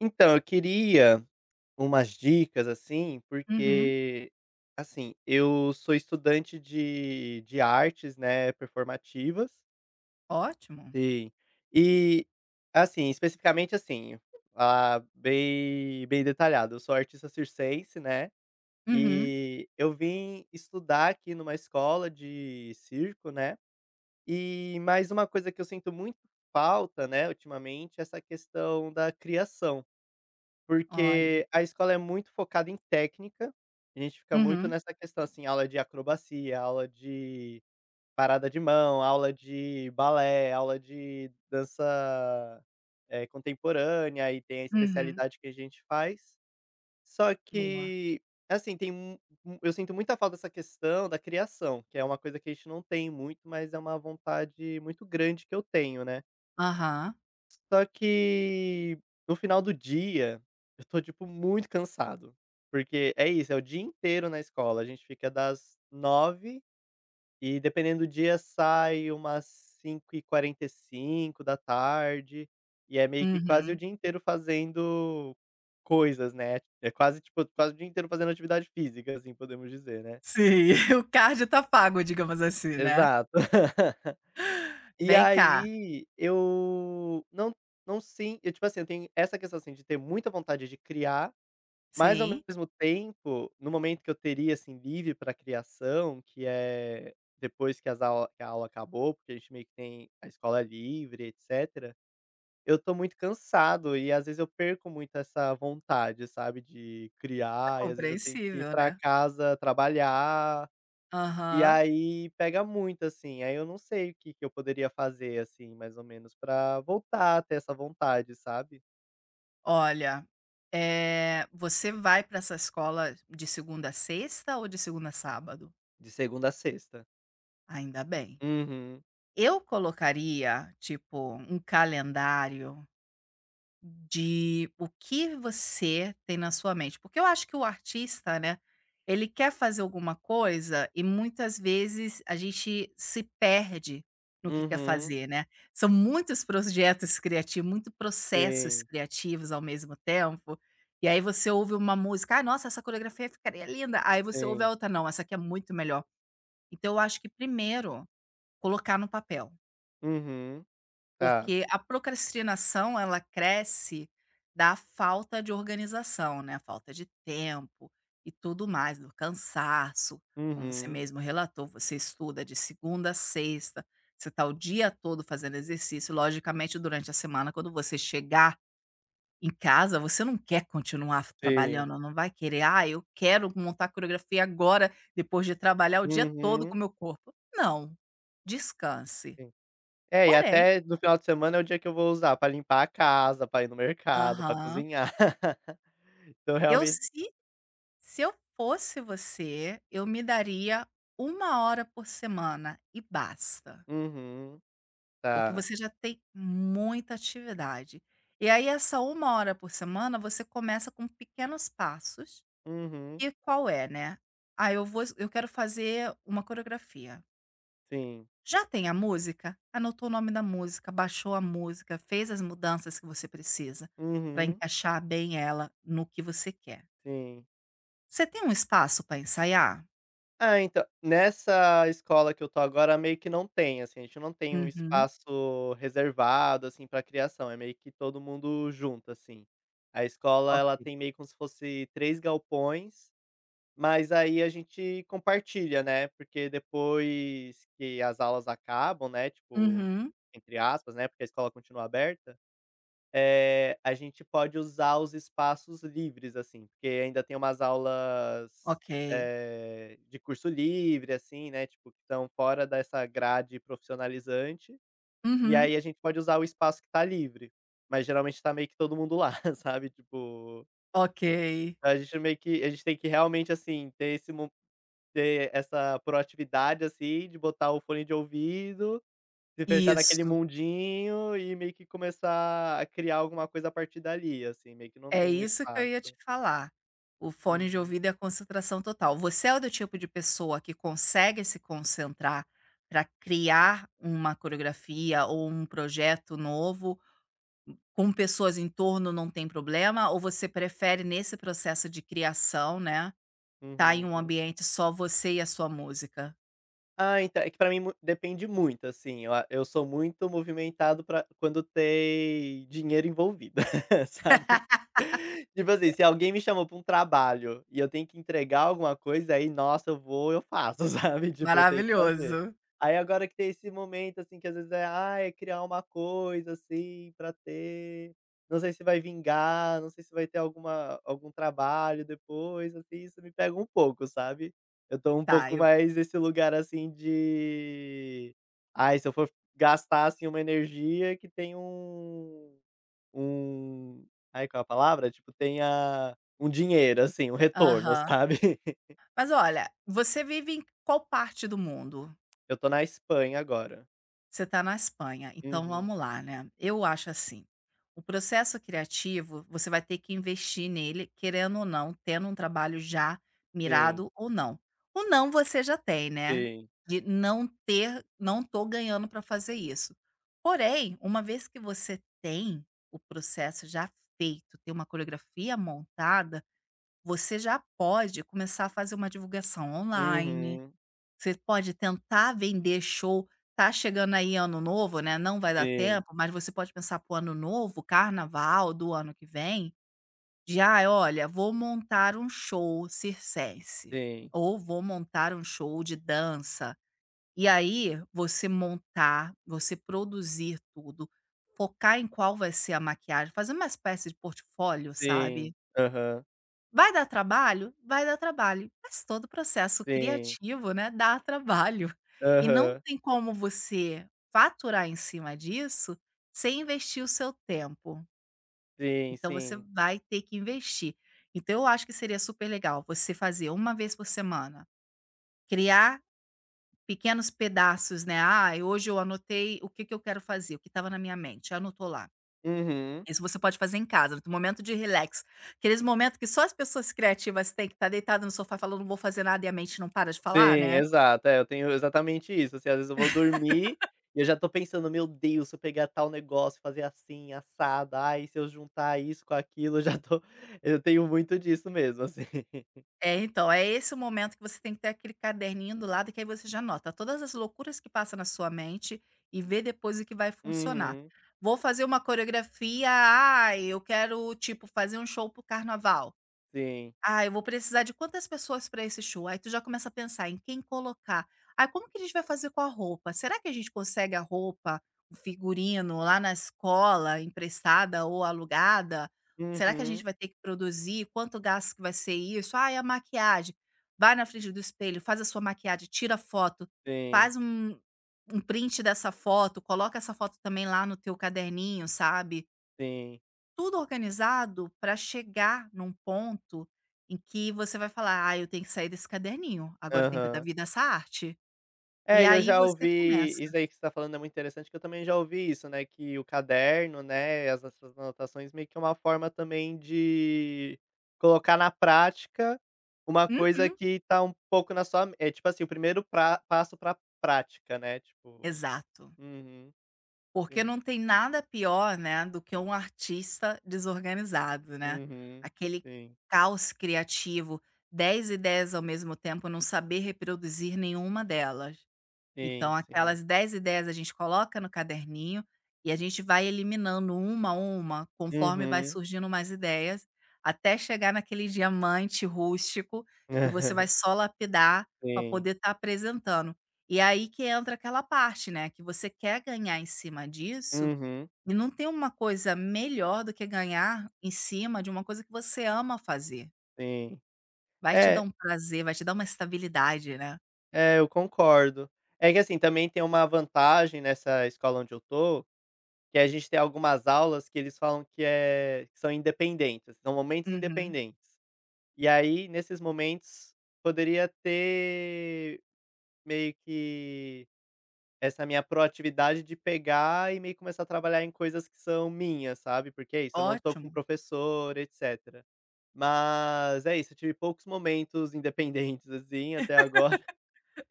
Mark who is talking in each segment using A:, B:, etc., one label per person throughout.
A: Então, eu queria umas dicas, assim,
B: Uhum.
A: porque, assim, eu sou estudante de artes, né, performativas.
B: Ótimo.
A: Sim. E, assim, especificamente, assim, bem detalhado, eu sou artista circense, né,
B: Uhum.
A: e eu vim estudar aqui numa escola de circo, né, e mais uma coisa que eu sinto muito falta, né, ultimamente, é essa questão da criação.
B: Olha.
A: Porque a escola é muito focada em técnica, a gente fica muito
B: Uhum,
A: nessa questão, assim, aula de acrobacia, aula de parada de mão, aula de balé, aula de dança, contemporânea e tem a
B: uhum.
A: especialidade que a gente faz. Só
B: Boa.
A: que, assim, tem mu mu eu sinto muita falta dessa questão da criação, que é uma coisa que a gente não tem muito, mas é uma vontade muito grande que eu tenho, né.
B: Aham.
A: Só que no final do dia, eu tô, tipo, muito cansado, porque é isso, é o dia inteiro na escola, a gente fica das 9 e dependendo do dia sai umas cinco h 45 e 5 da tarde. E é meio que quase o
B: Uhum.
A: dia inteiro fazendo coisas, né, é quase, tipo, quase o dia inteiro fazendo atividade física, assim, podemos dizer, né.
B: Sim, o cardio tá pago, digamos assim, né.
A: Exato. E
B: Vem cá,
A: aí, eu não não sim eu, tipo assim, eu tenho essa questão, assim, de ter muita vontade de criar, mas ao
B: sim,
A: mesmo tempo, no momento que eu teria, assim, livre para criação, que é depois que as aula que a aula acabou, porque a gente meio que tem a escola é livre, etcétera, eu tô muito cansado e às vezes eu perco muito essa vontade, sabe, de
B: é
A: criar e às vezes eu tenho que ir
B: compreensível,
A: para
B: né.
A: casa trabalhar e
B: Aham.
A: aí pega muito, assim, aí eu não sei o que que eu poderia fazer, assim, mais ou menos pra voltar a ter essa vontade, sabe?
B: Olha, é você vai para essa escola de segunda a sexta ou de segunda a sábado?
A: De segunda a sexta.
B: Ainda bem.
A: Uhum,
B: Eu colocaria, tipo, um calendário de o que você tem na sua mente, porque eu acho que o artista, né, ele quer fazer alguma coisa e muitas vezes a gente se perde no que quer
A: uhum,
B: fazer, né. São muitos projetos criativos, muitos processos
A: sim,
B: criativos ao mesmo tempo, e aí você ouve uma música: "Ai, nossa, essa coreografia ficaria linda". Aí você ouve a
A: sim,
B: outra: "Não, essa aqui é muito melhor". Então eu acho que primeiro, colocar no papel.
A: uhum, tá,
B: Porque a procrastinação, ela cresce da falta de organização, né, a falta de tempo e tudo mais, do cansaço. Como você
A: uhum,
B: mesmo relatou, você estuda de segunda a sexta, você está o dia todo fazendo exercício. Logicamente, durante a semana, quando você chegar em casa, você não quer continuar
A: sim,
B: trabalhando, não vai querer: "Ah, eu quero montar coreografia agora, depois de trabalhar o dia todo com
A: uhum,
B: o meu corpo". Não, descanse.
A: sim. É, e
B: Porém,
A: até no final de semana é o dia que eu vou usar pra limpar a casa, pra ir no mercado, pra
B: aham.
A: cozinhar. Então
B: Eu
A: realmente
B: se se eu fosse você, eu me daria uma hora por semana e basta,
A: uhum,
B: porque
A: tá,
B: você já tem muita atividade. E aí essa uma hora por semana, você começa com pequenos passos,
A: uhum,
B: e qual é, né, "Ah, eu quero fazer uma coreografia".
A: sim,
B: Já tem a música? Anotou o nome da música, baixou a música, fez as mudanças que você precisa para
A: uhum,
B: encaixar bem ela no que você quer.
A: sim.
B: Você tem um espaço para ensaiar?
A: Ah, então, nessa escola que eu tô agora meio que não tem, assim, a gente não tem um
B: Uhum.
A: espaço reservado, assim, pra criação, é meio que todo mundo junto, assim. A escola,
B: Ok.
A: ela tem meio como se fosse 3 galpões, mas aí a gente compartilha, né, porque depois que as aulas acabam, né, tipo,
B: Uhum.
A: entre aspas, né, porque a escola continua aberta, a gente pode usar os espaços livres, assim, porque ainda tem umas aulas,
B: Ok.
A: de curso livre, assim, né, tipo, que estão fora dessa grade profissionalizante, e
B: Uhum.
A: aí a gente pode usar o espaço que tá livre, mas geralmente tá meio que todo mundo lá, sabe, tipo,
B: Ok.
A: a gente tem que realmente, assim, ter esse mo ter essa proatividade, assim, de botar o fone de ouvido se fechar naquele
B: Isso.
A: mundinho e meio que começar a criar alguma coisa a partir dali, assim, meio que não
B: É
A: tem um
B: isso que eu ia te
A: espaço.
B: falar. O fone de
A: Uhum,
B: ouvido é a concentração total. Você é do tipo de pessoa que consegue se concentrar para criar uma coreografia ou um projeto novo com pessoas em torno, não tem problema? Ou você prefere nesse processo de criação, né, tá em um
A: uhum.
B: ambiente só você e a sua música?
A: Ah, então, é que pra mim mu depende muito, assim, eu sou muito movimentado pra quando tem dinheiro envolvido, sabe. Tipo assim, se alguém me chamou pra um trabalho e eu tenho que entregar alguma coisa, aí, nossa, eu vou, eu faço, sabe, tipo, eu tenho que fazer.
B: Maravilhoso.
A: Aí, agora que tem esse momento, assim, que às vezes é, ah, é criar uma coisa, assim, pra ter, não sei se vai vingar, não sei se vai ter algum trabalho depois, assim, isso me pega um pouco, sabe. Eu tô um
B: Tá,
A: pouco
B: eu
A: mais nesse lugar, assim, de: "Ai, se eu for gastar, assim, uma energia que tem um" ai, qual é a palavra? Tipo, tenha um dinheiro, assim, um retorno,
B: aham.
A: sabe.
B: Mas olha, você vive em qual parte do mundo?
A: Eu tô na Espanha agora.
B: Você está na Espanha, então
A: Uhum.
B: vamos lá, né? Eu acho assim, o processo criativo, você vai ter que investir nele, querendo ou não, tendo um trabalho já
A: Sim,
B: mirado ou não. O não você já tem, né?
A: sim.
B: De não ter, não tô ganhando para fazer isso. Porém, uma vez que você tem o processo já feito, tem uma coreografia montada, você já pode começar a fazer uma divulgação online,
A: Uhum.
B: você pode tentar vender show, tá chegando aí ano novo, né, não vai dar
A: Sim,
B: tempo, mas você pode pensar para o ano novo, carnaval do ano que vem, de: ah, olha, vou montar um show circense",
A: sim,
B: ou "vou montar um show de dança". E aí, você montar, você produzir tudo, focar em qual vai ser a maquiagem, fazer uma espécie de portfólio, sabe?
A: sim. Aham.
B: Vai dar trabalho? Vai dar trabalho, mas todo processo
A: Sim.
B: criativo, né, dá trabalho. E não
A: Aham.
B: tem como você faturar em cima disso sem investir o seu tempo.
A: Sim,
B: Então você
A: sim.
B: vai ter que investir. Então eu acho que seria super legal você fazer uma vez por semana, criar pequenos pedaços, né? Ah, hoje eu anotei o que, que eu quero fazer, o que estava na minha mente, anotou lá.
A: Uhum.
B: Isso você pode fazer em casa, no momento de relax. Aqueles momentos que só as pessoas criativas têm, que tá deitado no sofá falando: "Não vou fazer nada", e a mente não para de falar,
A: Sim,
B: né.
A: exato. É, eu tenho exatamente isso, assim, às vezes eu vou dormir e eu já tô pensando: "Meu Deus, se eu pegar tal negócio, fazer assim, assado, ai, se eu juntar isso com aquilo", eu já tô eu tenho muito disso mesmo, assim.
B: É, então, é esse o momento que você tem que ter aquele caderninho do lado, que aí você já anota todas as loucuras que passa na sua mente e vê depois o que vai funcionar.
A: Uhum.
B: "Vou fazer uma coreografia, ah, eu quero, tipo, fazer um show para o carnaval".
A: Sim.
B: Ah, eu vou precisar de quantas pessoas para esse show? Aí tu já começa a pensar em quem colocar. Ah, como que a gente vai fazer com a roupa? Será que a gente consegue a roupa, o figurino lá na escola, emprestada ou alugada? Será que a gente
A: Uhum.
B: vai ter que produzir? Quanto gasto que vai ser isso? Ah, e a maquiagem? Vai na frente do espelho, faz a sua maquiagem, tira foto,
A: Sim,
B: faz um print dessa foto, coloca essa foto também lá no teu caderninho, sabe?
A: sim.
B: Tudo organizado para chegar num ponto em que você vai falar: "Ah, eu tenho que sair desse caderninho, agora eu tenho que dar
A: Aham.
B: vida a essa arte". E
A: É, e eu
B: aí
A: já
B: você
A: ouvi
B: começa.
A: isso aí que você tá falando é muito interessante, que eu também já ouvi isso, né, que o caderno, né, as essas anotações meio que é uma forma também de colocar na prática uma coisa
B: Uhum,
A: que tá um pouco na sua é tipo assim, o primeiro pra passo pra prática, né, tipo
B: exato.
A: uhum,
B: Porque
A: sim.
B: não tem nada pior, né, do que um artista desorganizado, né.
A: Uhum.
B: Aquele
A: Sim.
B: caos criativo, 10 ideias ao mesmo tempo, não saber reproduzir nenhuma delas.
A: Sim,
B: Então
A: sim.
B: aquelas 10 ideias a gente coloca no caderninho e a gente vai eliminando uma a uma, conforme vai
A: Uhum.
B: surgindo mais ideias, até chegar naquele diamante rústico que você vai só lapidar para
A: Sim.
B: poder estar apresentando. E é aí que entra aquela parte, né, que você quer ganhar em cima disso,
A: Uhum.
B: e não tem uma coisa melhor do que ganhar em cima de uma coisa que você ama fazer.
A: Sim.
B: Vai te dar
A: É
B: um prazer, vai te dar uma estabilidade, né.
A: É, eu concordo. É que, assim, também tem uma vantagem nessa escola onde eu tô, que a gente tem algumas aulas que eles falam que são independentes, são momentos
B: Uhum.
A: independentes. E aí, nesses momentos, poderia ter meio que essa minha proatividade de pegar e meio que começar a trabalhar em coisas que são minhas, sabe, porque é isso, eu não tô com
B: Ótimo.
A: professor, etcétera. Mas é isso, eu tive poucos momentos independentes, assim, até agora.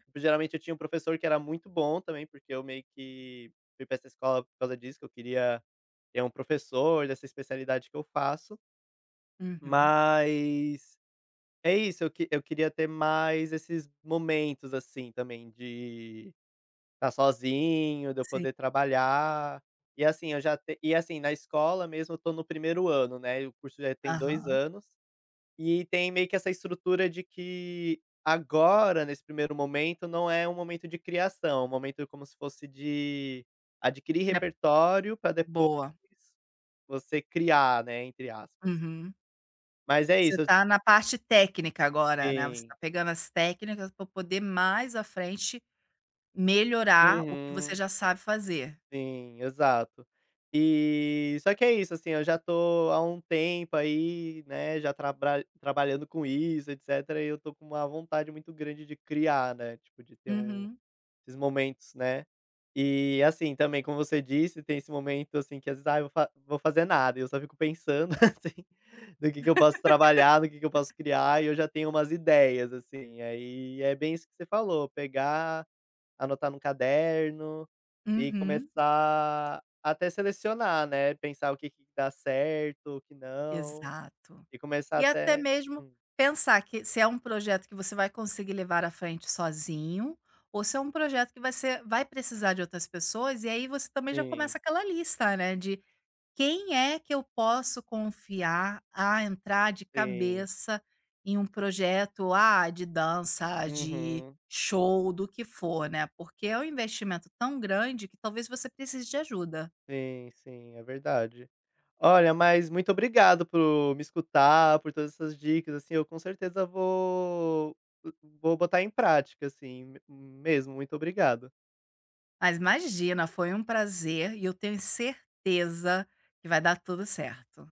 A: Tipo, geralmente eu tinha um professor que era muito bom também, porque eu meio que fui pra essa escola por causa disso, que eu queria ter um professor dessa especialidade que eu faço,
B: Uhum.
A: mas é isso, eu queria ter mais esses momentos, assim, também de estar sozinho, de eu
B: Sim.
A: poder trabalhar. E assim, na escola mesmo eu tô no 1º ano, né, e o curso já tem 2
B: Aham.
A: anos e tem meio que essa estrutura de que agora, nesse primeiro momento, não é um momento de criação, é um momento como se fosse de adquirir
B: Já
A: repertório para depois
B: boa.
A: você criar, né, entre aspas.
B: Uhum.
A: Mas é
B: Você
A: isso,
B: tá na parte técnica agora, né, você
A: assim
B: tá pegando as técnicas pra poder mais à frente melhorar o que você
A: uhum,
B: já sabe fazer.
A: sim, exato. E só que é isso, assim, eu já tô há um tempo aí, né, já trabra trabalhando com isso, etcétera, e eu tô com uma vontade muito grande de criar, né, tipo de ter um
B: Uhum,
A: Esses momentos, né. E, assim, também como você disse, tem esse momento, assim, que às vezes: "Ah, eu vou fa vou fazer nada", e eu só fico pensando, assim, do que eu posso trabalhar, do que eu posso criar, e eu já tenho umas ideias, assim. Aí é bem isso que você falou, pegar, anotar no caderno e
B: uhum,
A: começar até selecionar, né, pensar o que que dá certo, o que não,
B: exato.
A: e começar
B: E até
A: até
B: mesmo
A: hum,
B: pensar que se é um projeto que você vai conseguir levar à frente sozinho, ou se é um projeto que vai precisar de outras pessoas, e aí você também já
A: sim,
B: começa aquela lista, né, de quem é que eu posso confiar a entrar de
A: sim.
B: cabeça em um projeto, ah, de dança, de
A: Uhum.
B: show, do que for, né? Porque é um investimento tão grande que talvez você precise de ajuda.
A: Sim, sim, é verdade. Olha, mas muito obrigado por me escutar, por todas essas dicas, assim, eu com certeza vou botar em prática, assim, mesmo, muito obrigado.
B: Mas imagina, foi um prazer e eu tenho certeza que vai dar tudo certo.